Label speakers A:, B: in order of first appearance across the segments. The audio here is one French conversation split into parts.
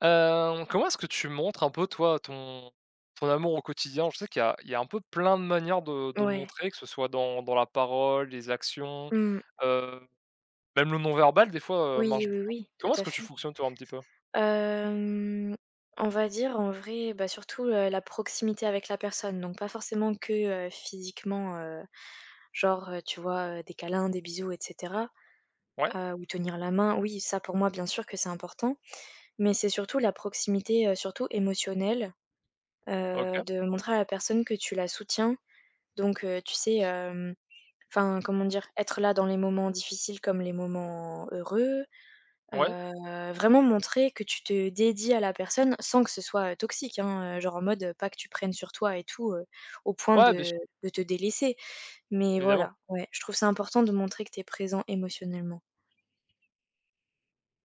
A: Comment est-ce que tu montres un peu toi ton amour au quotidien? Je sais qu'il y a un peu plein de manières de le
B: Ouais,
A: montrer, que ce soit dans la parole, les actions,
B: mmh.
A: heu, même le non verbal des fois,
B: Oui,
A: marche
B: oui,
A: beaucoup.
B: oui,
A: Comment
B: tout
A: est-ce
B: à
A: que tu
B: fait.
A: fonctionnes toi un petit peu?
B: Hem, on va dire, en vrai, bah, surtout, la proximité avec la personne, donc pas forcément que, physiquement, genre, tu vois, des câlins, des bisous, et cetera,
A: Ouais,
B: ou tenir la main. Oui, ça pour moi, bien sûr que c'est important, mais c'est surtout la proximité, surtout émotionnelle,
A: OK,
B: de montrer à la personne que tu la soutiens, donc tu sais, enfin, comment dire? Être là dans les moments difficiles comme les moments heureux.
A: ouais,
B: Vraiment montrer que tu te dédies à la personne sans que ce soit, toxique, hein, genre en mode, pas que tu prennes sur toi et tout, au point
A: ouais, bien
B: de
A: sûr,
B: de te délaisser. Mais
A: évidemment.
B: voilà, ouais, je trouve ça important de montrer que tu es présent émotionnellement,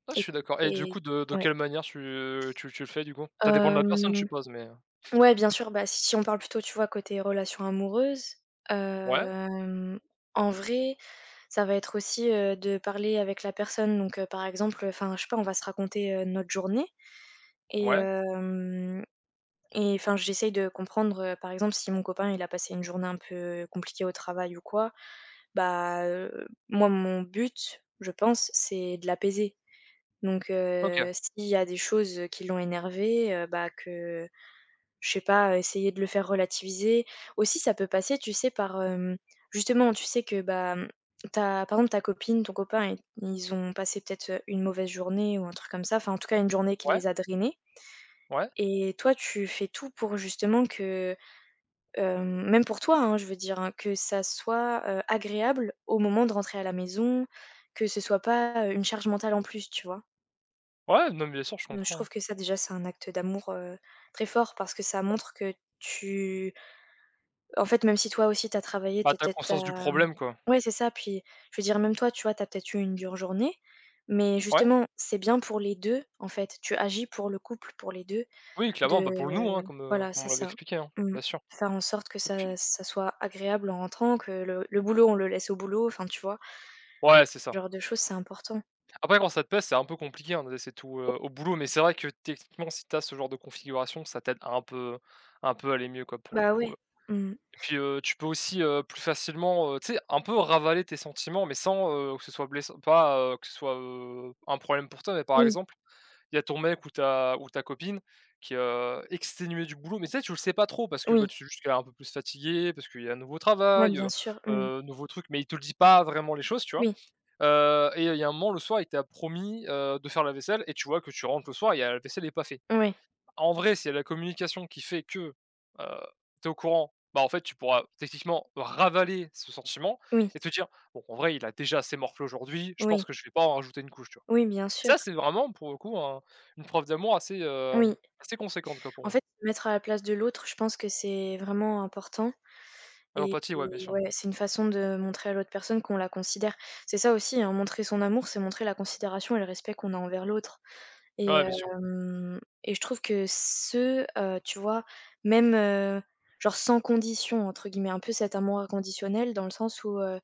A: Ah, je
B: et
A: suis d'accord. Et du
B: et
A: coup de
B: ouais.
A: quelle manière tu le fais du coup? Ça dépend de la personne, je
B: Hem,
A: suppose, mais,
B: ouais, bien sûr, bah, si on parle plutôt, tu vois, côté relations amoureuses,
A: ouais,
B: hem, en vrai, ça va être aussi, de parler avec la personne, donc, par exemple, enfin, je sais pas, on va se raconter, notre journée et
A: ouais,
B: hem Et enfin, j'essaye de comprendre, par exemple, si mon copain, il a passé une journée un peu compliquée au travail ou quoi, bah, moi, mon but, je pense, c'est de l'apaiser. Donc,
A: OK,
B: s'il y a des choses qui l'ont énervé, bah, que je sais pas, essayer de le faire relativiser. Aussi, ça peut passer, tu sais, par, justement, tu sais que, bah, ta par exemple, ta copine, ton copain, i ils ont passé peut-être une mauvaise journée ou un truc comme ça, enfin, en tout cas, une journée qui
A: ouais,
B: les a drainés,
A: ouais,
B: et toi, tu fais tout pour justement que... même pour toi, hein, je veux dire, hein, que ça soit, agréable au moment de rentrer à la maison, que ce soit pas, une charge mentale en plus, tu vois?
A: ouais, non, mais bien sûr, je
B: Donc je
A: comprends, ouais.
B: trouve que ça, déjà, c'est un acte d'amour, très fort, parce que ça montre que tu en fait, même si toi aussi t'as travaillé,
A: Bah,
B: t'as
A: tu
B: peut-être...
A: conscience du problème, quoi.
B: tu Ouais, c'est ça, puis je veux dire, même toi, tu vois, t'as peut-être eu une dure journée, mais
A: Ouais.
B: justement, c'est bien pour les 2 en fait. Tu agis pour le couple, pour les 2.
A: Oui, clairement, bah, pour le nous, hein,
B: De
A: comme, heu,
B: Voilà,
A: comme
B: c'est
A: on l'avait
B: ça.
A: expliqué, hein,
B: Mmh.
A: bien sûr.
B: Faire en sorte que
A: Et
B: ça
A: puis,
B: ça soit agréable en rentrant, que le boulot, on le laisse au boulot, enfin, tu vois?
A: ouais, c'est
B: Ce
A: ça.
B: genre de choses, c'est important.
A: Après quand ça te pèse, c'est un peu compliqué, hein, c'est tout,
B: O
A: au boulot, mais c'est vrai que techniquement, si tu as ce genre de configuration, ça t'aide un peu à aller mieux, quoi, pour le
B: Bah,
A: coup.
B: ouais. Mmh.
A: Et puis, tu peux aussi, plus facilement, tu sais, un peu ravaler tes sentiments, mais sans, que ce soit blessant pas, que ce soit, un problème pour toi, mais par
B: Oui,
A: exemple il y a ton mec ou ta copine qui est, exténuée du boulot, mais tu sais, tu le sais pas trop parce que, bah,
B: oui,
A: tu sais juste qu'elle est un peu plus fatiguée, parce qu'il y a un nouveau
B: ouais,
A: travail,
B: bien sûr. Mmh.
A: nouveau truc, mais il te le dit pas vraiment les choses, tu vois?
B: Oui,
A: Et il y a un moment, le soir, il t'a promis, de faire la vaisselle et tu vois que tu rentres le soir et il y a la vaisselle n'est pas faite.
B: oui,
A: En vrai, s'il y a la communication qui fait que, heu, tu es au courant, bah, en fait, tu pourras techniquement ravaler ce sentiment
B: oui,
A: et te dire: «Bon, en vrai, il a déjà assez morflé aujourd'hui, je
B: oui,
A: pense que je vais pas en rajouter une couche», tu vois?
B: oui, bien
A: Et
B: sûr.
A: ça, c'est vraiment pour le coup un une preuve d'amour assez,
B: Oui.
A: assez conséquente, quoi, pour
B: En
A: moi.
B: fait, se mettre à la place de l'autre, je pense que c'est vraiment important,
A: Ah,
B: et
A: l'empathie, ouais, bien
B: et
A: sûr.
B: ouais, c'est une façon de montrer à l'autre personne qu'on la considère. C'est ça aussi, hein, montrer son amour, c'est montrer la considération et le respect qu'on a envers l'autre. Et
A: Ouais, bien sûr.
B: hem et je trouve que ce, tu vois, même, genre «sans condition» entre guillemets, un peu cet amour inconditionnel, dans le sens où,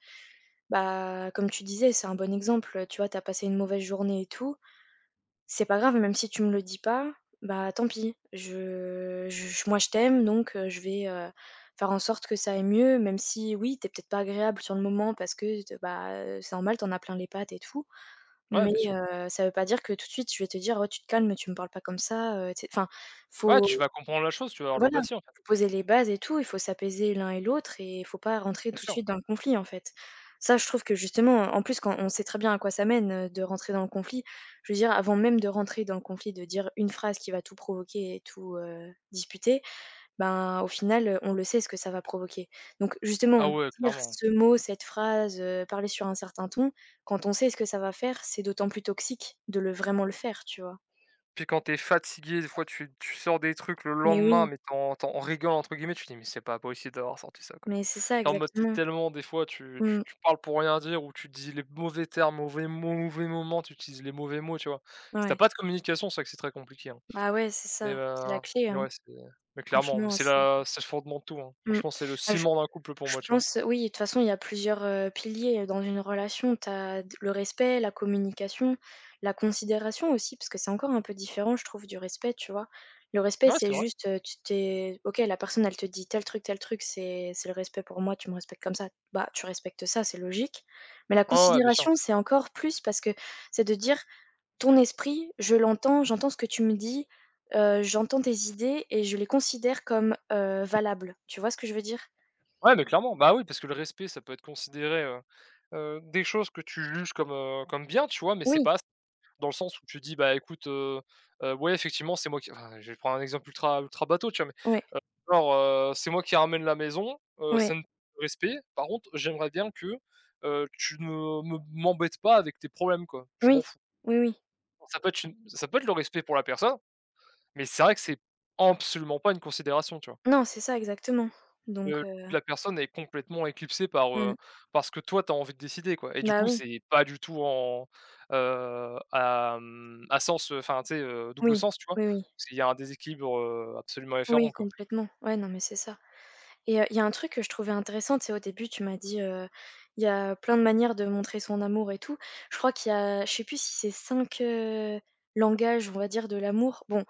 B: bah, comme tu disais, c'est un bon exemple, tu vois, t'as passé une mauvaise journée et tout, c'est pas grave, même si tu me le dis pas, bah, tant pis, je moi je t'aime, donc, je vais, faire en sorte que ça aille mieux, même si oui, t'es peut-être pas agréable sur le moment parce que, bah, c'est normal, t'en as plein les pattes et tout,
A: Ouais,
B: mais
A: bien sûr.
B: ça veut pas dire que tout de suite je vais te dire: «Oh, tu te calmes, tu me parles pas comme ça, tu enfin,
A: Ouais, tu
B: faut
A: vas comprendre la chose, tu vas avoir de
B: voilà,
A: l'empathie, en fait,
B: faut poser les bases et tout, il faut s'apaiser l'un et l'autre et il faut pas rentrer
A: bien
B: tout de
A: sûr.
B: suite dans le conflit, en fait. Ça, je trouve que justement, en plus, quand on sait très bien à quoi ça mène, de rentrer dans le conflit, je veux dire, avant même de rentrer dans le conflit, de dire une phrase qui va tout provoquer et tout, disputer... ben, au final, on le sait ce que ça va provoquer. Donc justement,
A: Ah, ouais,
B: dire
A: clairement.
B: ce mot, cette phrase, parler sur un certain ton, quand on sait ce que ça va faire, c'est d'autant plus toxique de le vraiment le faire, tu vois?
A: Puis quand t'es fatigué, des fois tu sors des trucs le
B: Mais
A: lendemain,
B: oui,
A: mais tu rigoles entre guillemets, tu te dis: «Mais c'est pas possible d'avoir sorti ça, quoi».
B: mais c'est ça
A: T'es en mode tu
B: exactement.
A: tellement des fois tu tu
B: Mmh,
A: tu parles pour rien dire ou tu dis les mauvais termes, mauvais mots, mauvais moments, tu utilises les mauvais mots, tu vois? Si tu
B: ouais.
A: pas de communication, c'est vrai que c'est très compliqué, hein.
B: Bah, ouais, c'est
A: Mais
B: ça, c'est la
A: heu,
B: clé,
A: mais
B: hein,
A: ouais, c'est mais clairement, mais
B: franchement, c'est
A: c'est le fondement de tout, hein.
B: mmh.
A: Franchement, c'est le
B: Bah, je
A: ciment d'un couple pour
B: Je
A: moi, tu vois?
B: pense, oui, de toute façon, il y a plusieurs, piliers dans une relation. Tu as le respect, la communication, la considération aussi, parce que c'est encore un peu différent, je trouve, du respect, tu vois? Le respect,
A: Ouais,
B: c'est
A: c'est vrai.
B: juste, tu t'es OK, la personne, elle te dit tel truc, c'est le respect pour moi, tu me respectes comme ça. Bah, tu respectes ça, c'est logique. Mais la
A: Ouais, ouais, bien sûr.
B: considération, c'est encore plus, parce que c'est de dire: «Ton esprit, je l'entends, j'entends ce que tu me dis, j'entends tes idées et je les considère comme, valables». Tu vois ce que je veux dire?
A: Ouais, mais clairement, bah, oui, parce que le respect, ça peut être considéré, des choses que tu juges comme, comme bien, tu vois? Mais c'est
B: Oui,
A: pas dans le sens où tu dis: «Bah, écoute, ouais, effectivement, c'est moi qui» enfin, je vais prendre un exemple ultra ultra bateau, tu vois?
B: oui.
A: Mais, genre, c'est moi qui ramène la maison,
B: Ouais,
A: ça ne respect. Par contre, j'aimerais bien que, tu ne me m'embêtes pas avec tes problèmes, quoi. Je m'en
B: oui,
A: fous».
B: oui, oui.
A: Bon, ça peut être le respect pour la personne, mais c'est vrai que c'est absolument pas une considération, tu vois?
B: Non, c'est ça exactement. Donc,
A: Le La personne est complètement éclipsée par,
B: mmh,
A: ce que toi tu as envie de décider, quoi et du
B: bah,
A: coup,
B: oui,
A: c'est pas du tout en, à, à sens, enfin, tu sais, double
B: oui,
A: sens, tu vois?
B: oui, oui,
A: Parce qu'il y a un déséquilibre, absolument
B: oui,
A: effarant, quoi.
B: complètement. Ouais, non, mais c'est ça, et il y a un truc que je trouvais intéressant, tu sais, au début, tu m'as dit, il y a plein de manières de montrer son amour et tout. Je crois qu'il y a... je sais plus si c'est cinq, langages, on va dire, de l'amour. Bon,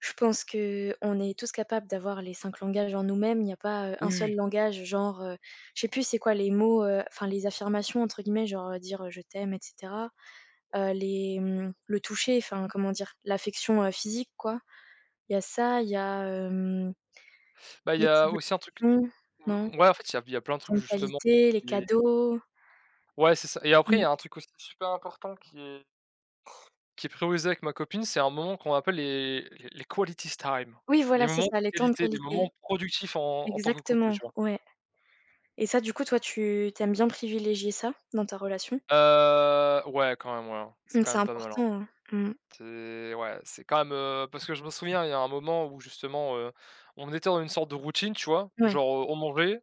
B: je pense que on est tous capables d'avoir les 5 langages en nous-mêmes. Il n'y a pas, un
A: Oui,
B: seul
A: oui,
B: langage, genre, je sais plus c'est quoi les mots, enfin, les affirmations entre guillemets, genre, dire, «Je t'aime», et cetera. Les, le toucher, enfin, comment dire? L'affection, physique, quoi. Il y a ça, il y a,
A: bah, il y
B: les
A: a
B: petites
A: aussi un truc,
B: actions, non?
A: ouais, en fait, il y a plein
B: Les
A: de
B: temps
A: trucs
B: de
A: justement
B: qualité, les
A: et
B: cadeaux.
A: ouais, c'est ça. Et après, il
B: Mmh.
A: y a un truc aussi super important qui est priorisé avec ma copine, c'est un moment qu'on appelle les qualities time.
B: Oui,
A: Des
B: voilà, c'est
A: moments
B: ça,
A: de
B: les temps de
A: qualité, des
B: qualité.
A: moments productifs en tant que couple,
B: Exactement,
A: tu vois?
B: ouais, et ça, du coup, toi, tu aimes bien privilégier ça dans ta relation?
A: Ouais, quand même, ouais, hein. C'est
B: Mmh,
A: quand
B: c'est
A: même pas mal, hein.
B: important, hein. Mmh.
A: C'est Ouais, c'est quand même, parce que je me souviens, il y a un moment où justement, on était dans une sorte de routine, tu vois?
B: Ouais.
A: Genre, on mangeait,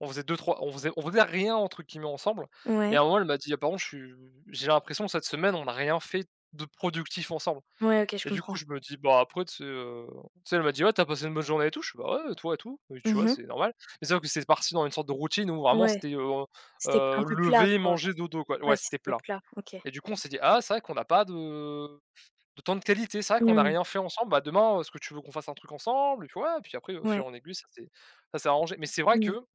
A: on faisait deux trois, on faisait «rien» entre guillemets ensemble. Et
B: Ouais.
A: à un moment elle m'a dit: «Ah par contre je suis j'ai l'impression que cette semaine on n'a rien fait de productif ensemble».
B: Ouais, OK, je
A: Et du coup,
B: comprends.
A: je me dis: «Bah, après,» tu sais, elle m'a dit: «Ouais, t'as passé une bonne journée et tout?» Je fais: «Bah, ouais, toi et tout?» Et tu vois,
B: Mmh.
A: c'est normal. Mais c'est vrai que c'est parti dans une sorte de routine où vraiment
B: Ouais,
A: c'était,
B: c'était un peu plat,
A: lever,
B: quoi.
A: manger, dodo, quoi.
B: Ouais,
A: Ouais, c'était
B: c'était
A: plat.
B: plat, OK.
A: Et du coup, on s'est dit: «Ah, c'est vrai qu'on n'a pas de temps de qualité, c'est vrai qu'on n'a
B: Mmh.
A: rien fait ensemble. Bah, demain, est-ce que tu veux qu'on fasse un truc ensemble?» Et puis ouais, puis après, de fil
B: Ouais.
A: en aiguille, ça s'est arrangé. Mais c'est vrai
B: Mmh.
A: que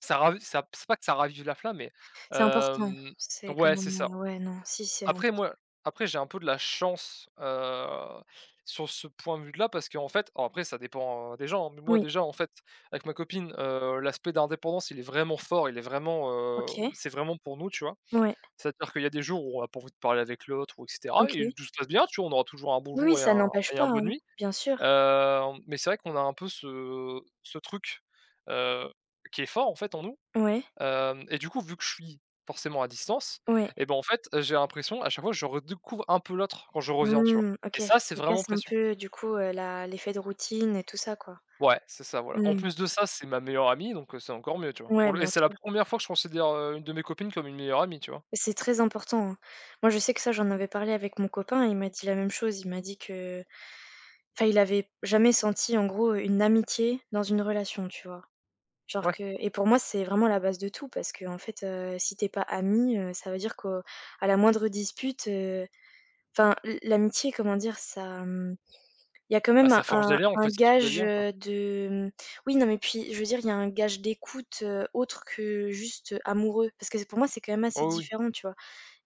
A: ça ravi ça c'est pas que ça ravive la flamme, mais
B: C'est important.
A: hem,
B: C'est quand
A: ouais, c'est
B: même,
A: ça.
B: ouais, non, si, c'est
A: Après moi Après j'ai un peu de la chance, sur ce point de vue-là parce qu'en fait alors après ça dépend, des gens, hein, mais moi
B: oui,
A: déjà en fait avec ma copine, l'aspect d'indépendance il est vraiment fort, il est vraiment,
B: OK.
A: c'est vraiment pour nous, tu vois?
B: Ouais,
A: C'est-à-dire qu'il y a des jours où on a pas envie de parler avec l'autre ou et cetera
B: OK.
A: et
B: Oui,
A: tout se passe bien, tu vois? On aura toujours un bon
B: oui,
A: jour et
B: ça n'empêche
A: un
B: pas, hein,
A: bonne nuit,
B: bien sûr.
A: mais c'est vrai qu'on a un peu ce truc, heu, qui est fort en fait en nous.
B: Ouais,
A: Hem et du coup, vu que je suis forcément à distance
B: ouais.
A: et ben, en fait, j'ai l'impression à chaque fois, je redécouvre un peu l'autre quand je reviens, tu vois?
B: Mmh, OK.
A: Et ça, c'est
B: Ça
A: vraiment
B: casse un
A: précieux.
B: peu du coup, la l'effet de routine et tout ça, quoi.
A: Ouais, c'est ça, voilà. En
B: Mmh.
A: plus de ça, c'est ma meilleure amie, donc c'est encore mieux, tu vois?
B: Ouais,
A: Pour le Et
B: bien
A: c'est la
B: sûr.
A: première fois que je considère, une de mes copines comme une meilleure amie, tu vois?
B: C'est très important, hein. Moi, je sais que ça, j'en avais parlé avec mon copain, il m'a dit la même chose. Il m'a dit que, enfin, il avait jamais senti, en gros, une amitié dans une relation, tu vois? Genre
A: Ouais,
B: que... et pour moi, c'est vraiment la base de tout, parce qu'en fait, si tu es pas amis, ça veut dire qu'au... à la moindre dispute, enfin, l'amitié, comment dire? Ça, il y a quand
A: bah,
B: même
A: ça
B: un
A: forge des
B: un
A: liens, en
B: un
A: fait, ça tisse des
B: gage,
A: liens, quoi.
B: de, oui, non, mais puis, je veux dire, il y a un gage d'écoute, autre que juste, amoureux. Parce que pour moi, c'est quand même assez
A: Oh, oui,
B: différent, tu vois?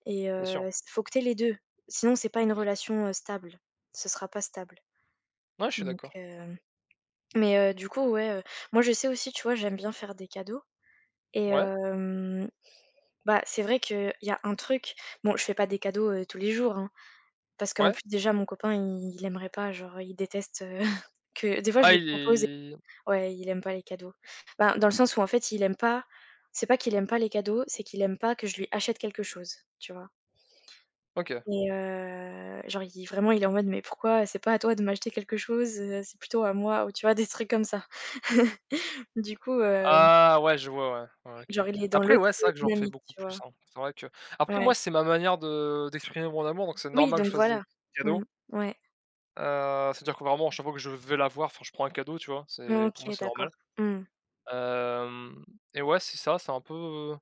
B: Et,
A: bien sûr.
B: faut que tu... les deux. Sinon, c'est pas une relation, stable. Ce sera pas stable.
A: Ouais, je suis
B: Donc,
A: d'accord.
B: mais du coup, ouais, moi, je sais aussi, tu vois, j'aime bien faire des cadeaux, et
A: Ouais,
B: bah, c'est vrai qu'il y a un truc... bon, je fais pas des cadeaux, tous les jours, hein. Parce qu'en
A: ouais.
B: plus, déjà, mon copain, il aimerait pas, genre, il déteste, que des fois, je
A: Ah,
B: lui
A: il
B: propose
A: est
B: ouais, il aime pas les cadeaux. Ben, dans le sens où, en fait, il aime pas... c'est pas qu'il aime pas les cadeaux, c'est qu'il aime pas que je lui achète quelque chose, tu vois?
A: OK.
B: Et, genre, il... vraiment, il est en mode: «Mais pourquoi c'est pas à toi de m'acheter quelque chose, c'est plutôt à moi», ou tu vois? Des trucs comme ça. Du coup,
A: Ah, ouais, je vois, ouais. Ouais, OK,
B: genre,
A: OK.
B: il est dans
A: Après,
B: l'autre
A: ouais, c'est vrai que j'en fais
B: dynamique,
A: beaucoup
B: tu
A: plus,
B: vois?
A: hein. C'est vrai que Après
B: Ouais.
A: moi, c'est ma manière de d'exprimer mon amour, donc c'est
B: Oui,
A: normal que je
B: donc
A: fasse des
B: voilà. Mmh.
A: cadeaux.
B: Ouais.
A: C'est-à-dire que vraiment, à chaque fois que je vais la voir, enfin, je prends un cadeau, tu vois? C'est pour moi,
B: OK,
A: c'est
B: d'accord.
A: normal.
B: Mmh.
A: Hem et ouais, c'est ça, c'est un peu,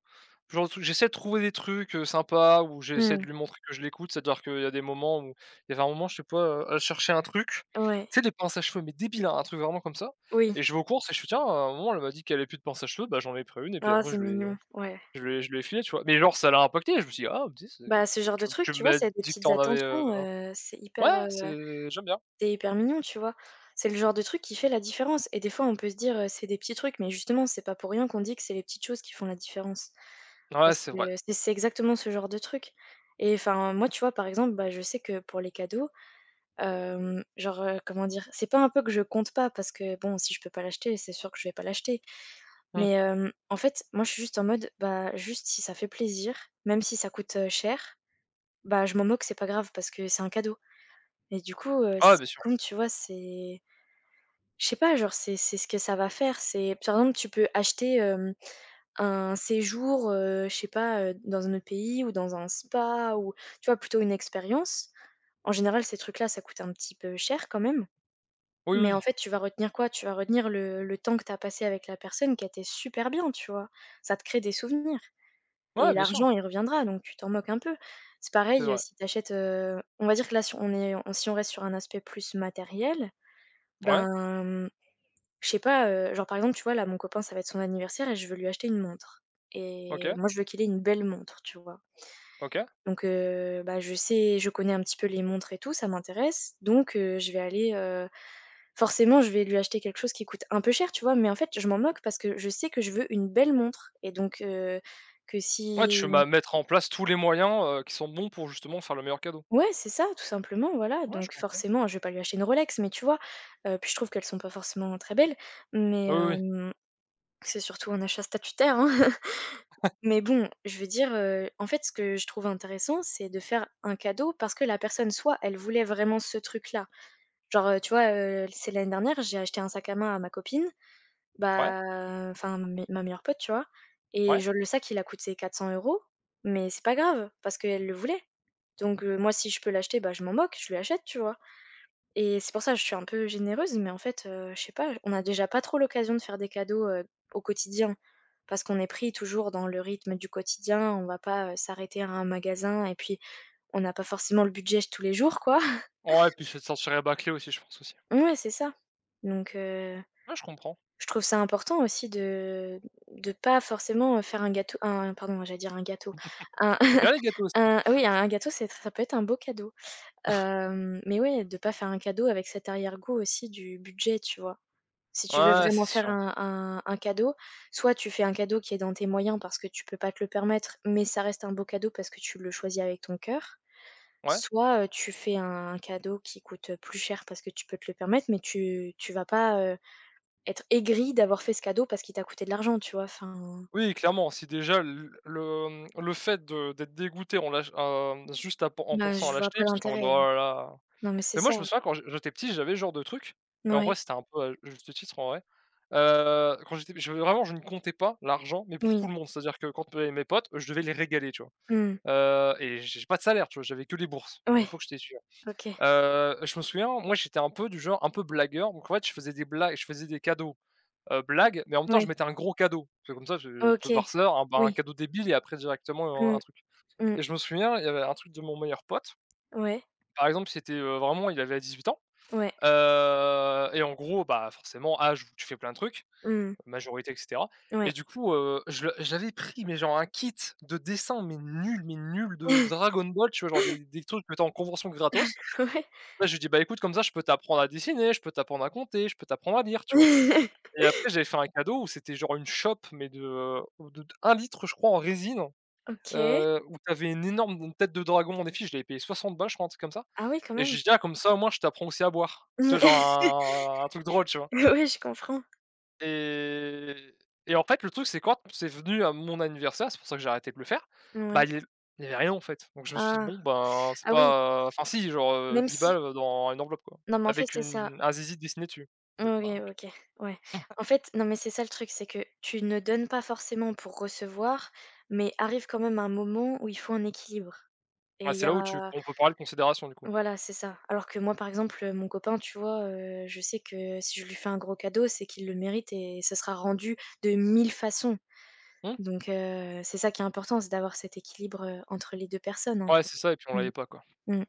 A: le genre de truc j'essaie de trouver des trucs, sympas où j'essaie de
B: Mmh.
A: lui montrer que je l'écoute. C'est-à-dire qu'il y a des moments où il y avait un moment, je sais pas, elle cherchait un truc, tu
B: Ouais.
A: sais des pinces à cheveux, mais débile, hein, un truc vraiment comme ça.
B: Oui.
A: Et je vais aux courses et je fais: «Tiens», à un moment, elle m'a dit qu'elle avait plus de pince à cheveux, bah, j'en ai pris une et puis
B: Ah,
A: après
B: c'est mignon. Ouais.
A: je lui ai filé, tu vois? Mais genre ça l'a impacté, je me suis dit: «Ah tu sais,
B: Bah, ce
A: c'est
B: genre de truc,
A: tu
B: tu vois,
A: m'as
B: c'est des
A: dit que
B: petites
A: t'en avais,»
B: attentions, c'est hyper,
A: ouais, c'est j'aime bien.
B: mignon, tu vois? C'est le genre de truc qui fait la différence, et des fois, on peut se dire, c'est des petits trucs, mais justement, c'est pas pour rien qu'on dit que c'est les petites choses qui font la différence.
A: Ouais,
B: Parce
A: c'est
B: que
A: vrai.
B: c'est exactement ce genre de truc. Et enfin, moi, tu vois, par exemple, bah, je sais que pour les cadeaux, genre, comment dire? C'est pas un peu que je compte pas parce que bon, si je peux pas l'acheter, c'est sûr que je vais pas l'acheter.
A: Mmh.
B: Mais, en fait, moi, je suis juste en mode, bah, juste si ça fait plaisir, même si ça coûte, cher bah, je m'en moque, c'est pas grave parce que c'est un cadeau. Et du coup,
A: Ah, ouais,
B: c'est
A: bien sûr.
B: comme tu vois, c'est je sais pas, genre, c'est ce que ça va faire. C'est par exemple, tu peux acheter, un séjour, je sais pas, dans un autre pays ou dans un spa ou tu vois, plutôt une expérience. En général, ces trucs-là, ça coûte un petit peu cher quand même.
A: Oui, oui.
B: Mais en
A: Oui.
B: fait, tu vas retenir quoi? Tu vas retenir le temps que tu as passé avec la personne qui a été super bien, tu vois? Ça te crée des souvenirs. Et
A: Ouais, bien sûr,
B: l'argent, il reviendra, donc tu t'en moques un peu. C'est
A: c'est
B: pareil,
A: vrai.
B: si tu achètes, on va dire que là, si on si on reste sur un aspect plus matériel, ben,
A: Ouais,
B: mmh, je sais pas, genre, par exemple, tu vois, là, mon copain, ça va être son anniversaire et je veux lui acheter une montre et
A: OK,
B: moi, je veux qu'il ait une belle montre, tu vois?
A: OK.
B: Donc bah, je connais un petit peu les montres et tout, ça m'intéresse, donc je vais aller, forcément, je vais lui acheter quelque chose qui coûte un peu cher, tu vois? Mais en fait, je m'en moque parce que je sais que je veux une belle montre et donc que
A: Ouais,
B: si
A: tu vas mettre en place tous les moyens, qui sont bons pour justement faire le meilleur cadeau.
B: Ouais, c'est ça, tout simplement, voilà,
A: Ouais, je
B: donc
A: comprends.
B: forcément, je vais pas lui acheter une Rolex, mais tu vois? Puis je trouve qu'elles sont pas forcément très belles, mais
A: Oui, oui, oui.
B: c'est surtout un achat statutaire, hein. Mais bon, je veux dire, en fait, ce que je trouve intéressant, c'est de faire un cadeau parce que la personne, soit elle voulait vraiment ce truc-là. Genre, tu vois, c'est l'année dernière, j'ai acheté un sac à main à ma copine
A: Ouais,
B: bah, enfin mes ma meilleure pote, tu vois? Et
A: ouais.
B: je le sac, il a coûté 400 € mais c'est pas grave parce qu'elle le voulait. Donc moi, si je peux l'acheter, bah, je m'en moque, je lui achète, tu vois? Et c'est pour ça, que je suis un peu généreuse, mais en fait, je sais pas, on a déjà pas trop l'occasion de faire des cadeaux, au quotidien parce qu'on est pris toujours dans le rythme du quotidien. On va pas, s'arrêter à un magasin et puis on n'a pas forcément le budget tous les jours, quoi.
A: Ouais, puis c'est de sortir les aussi, je pense aussi.
B: Ouais, c'est ça. Donc
A: Ouais, je comprends.
B: je trouve ça important aussi de pas forcément, faire un gâteau un pardon, j'allais dire un gâteau, un
A: C'est bien les gâteaux aussi.
B: un oui, un gâteau, c'est ça peut être un beau cadeau. Mais ouais, de pas faire un cadeau avec cet arrière-goût aussi du budget, tu vois? Si tu veux
A: Ouais,
B: vraiment
A: c'est
B: faire
A: sûr.
B: un cadeau, soit tu fais un cadeau qui est dans tes moyens parce que tu peux pas te le permettre, mais ça reste un beau cadeau parce que tu le choisis avec ton cœur,
A: Ouais.
B: soit, tu fais un cadeau qui coûte, plus cher parce que tu peux te le permettre, mais tu vas pas, être aigri d'avoir fait ce cadeau parce qu'il t'a coûté de l'argent, tu vois? Enfin,
A: Oui, clairement, si déjà le fait de d'être dégoûté en l'ach juste à
B: bah,
A: pensant à
B: je vois
A: l'acheter,
B: pas
A: parce que tu es en mode:
B: l'intérêt.
A: «Oh là là».
B: Non, mais c'est
A: Mais moi,
B: ça.
A: je me souviens quand j'étais petit, j'avais ce genre de truc, mais en vrai,
B: Ouais,
A: c'était un peu à juste titre, en vrai. Quand j'étais je Vraiment, je ne comptais pas l'argent, mais pour
B: oui,
A: tout le monde. C'est-à-dire que quand, mes potes, je devais les régaler, tu vois?
B: mmh,
A: Et j'ai pas de salaire, tu vois? J'avais que les bourses. À
B: ouais,
A: l'époque, j'étais étudiant.
B: OK,
A: Je me souviens, moi, j'étais un peu du genre un peu blagueur, donc en fait, je faisais des cadeaux, blagues, mais en même temps,
B: ouais,
A: je mettais un gros cadeau. C'est comme ça, je peux
B: OK,
A: par sœur, un bah, un
B: oui,
A: cadeau débile et après directement,
B: mmh,
A: un truc.
B: mmh,
A: Et je me souviens, il y avait un truc de mon meilleur pote.
B: ouais,
A: Par exemple, c'était, vraiment, il avait 18 ans.
B: ouais,
A: Et en gros, bah, forcément, âge où tu fais plein de trucs.
B: mmh,
A: Majorité et cetera. Et
B: ouais,
A: du coup, je pris, mais genre un kit de dessin, mais nul de Dragon Ball, tu vois? Genre des trucs que tu en convention gratos.
B: ouais.
A: Là, je lui ai «Bah, écoute, comme ça, je peux t'apprendre à dessiner, je peux t'apprendre à compter, je peux t'apprendre à lire», tu vois? Et après, j'avais fait un cadeau où c'était genre une chope, mais de d litre, je crois, en résine,
B: OK.
A: où t'avais une énorme tête de dragon en effigie, je l'avais payé 60 balles, je crois, un truc comme ça.
B: Ah oui, quand
A: Et je
B: même.
A: lui ai «Ah, comme ça, au moins, je t'apprends aussi à boire». Tu vois? Genre un truc drôle, tu vois?
B: Ouais, je comprends.
A: Et et en fait, le truc, c'est quand c'est venu à mon anniversaire, c'est pour ça que j'ai arrêté de le faire, bah,
B: Ouais.
A: il y avait rien en fait. Donc je me suis dit:
B: Ah,
A: «Bon, ben, c'est
B: ah oui,
A: pas» enfin si, genre,
B: même
A: 10
B: si
A: balles, dans une enveloppe, quoi,
B: non, mais en fait,
A: avec
B: c'est ça.
A: une un zizi dessiné dessus. Bon,
B: OK,
A: bah, OK.
B: OK, ouais. En fait, non, mais c'est ça le truc, c'est que tu ne donnes pas forcément pour recevoir, mais arrive quand même un moment où il faut un équilibre et
A: Ouais,
B: il y
A: c'est là où tu
B: a
A: on peut parler de considération, du coup.
B: voilà, c'est ça. Alors que moi, par exemple, mon copain, tu vois, je sais que si je lui fais un gros cadeau, c'est qu'il le mérite et ça sera rendu de 1000 façons.
A: Mmh?
B: Donc c'est ça qui est important, c'est d'avoir cet équilibre, entre les 2 personnes, en
A: Ouais,
B: fait.
A: c'est ça et puis on
B: Mmh.
A: l'avait pas, quoi.
B: Mmh.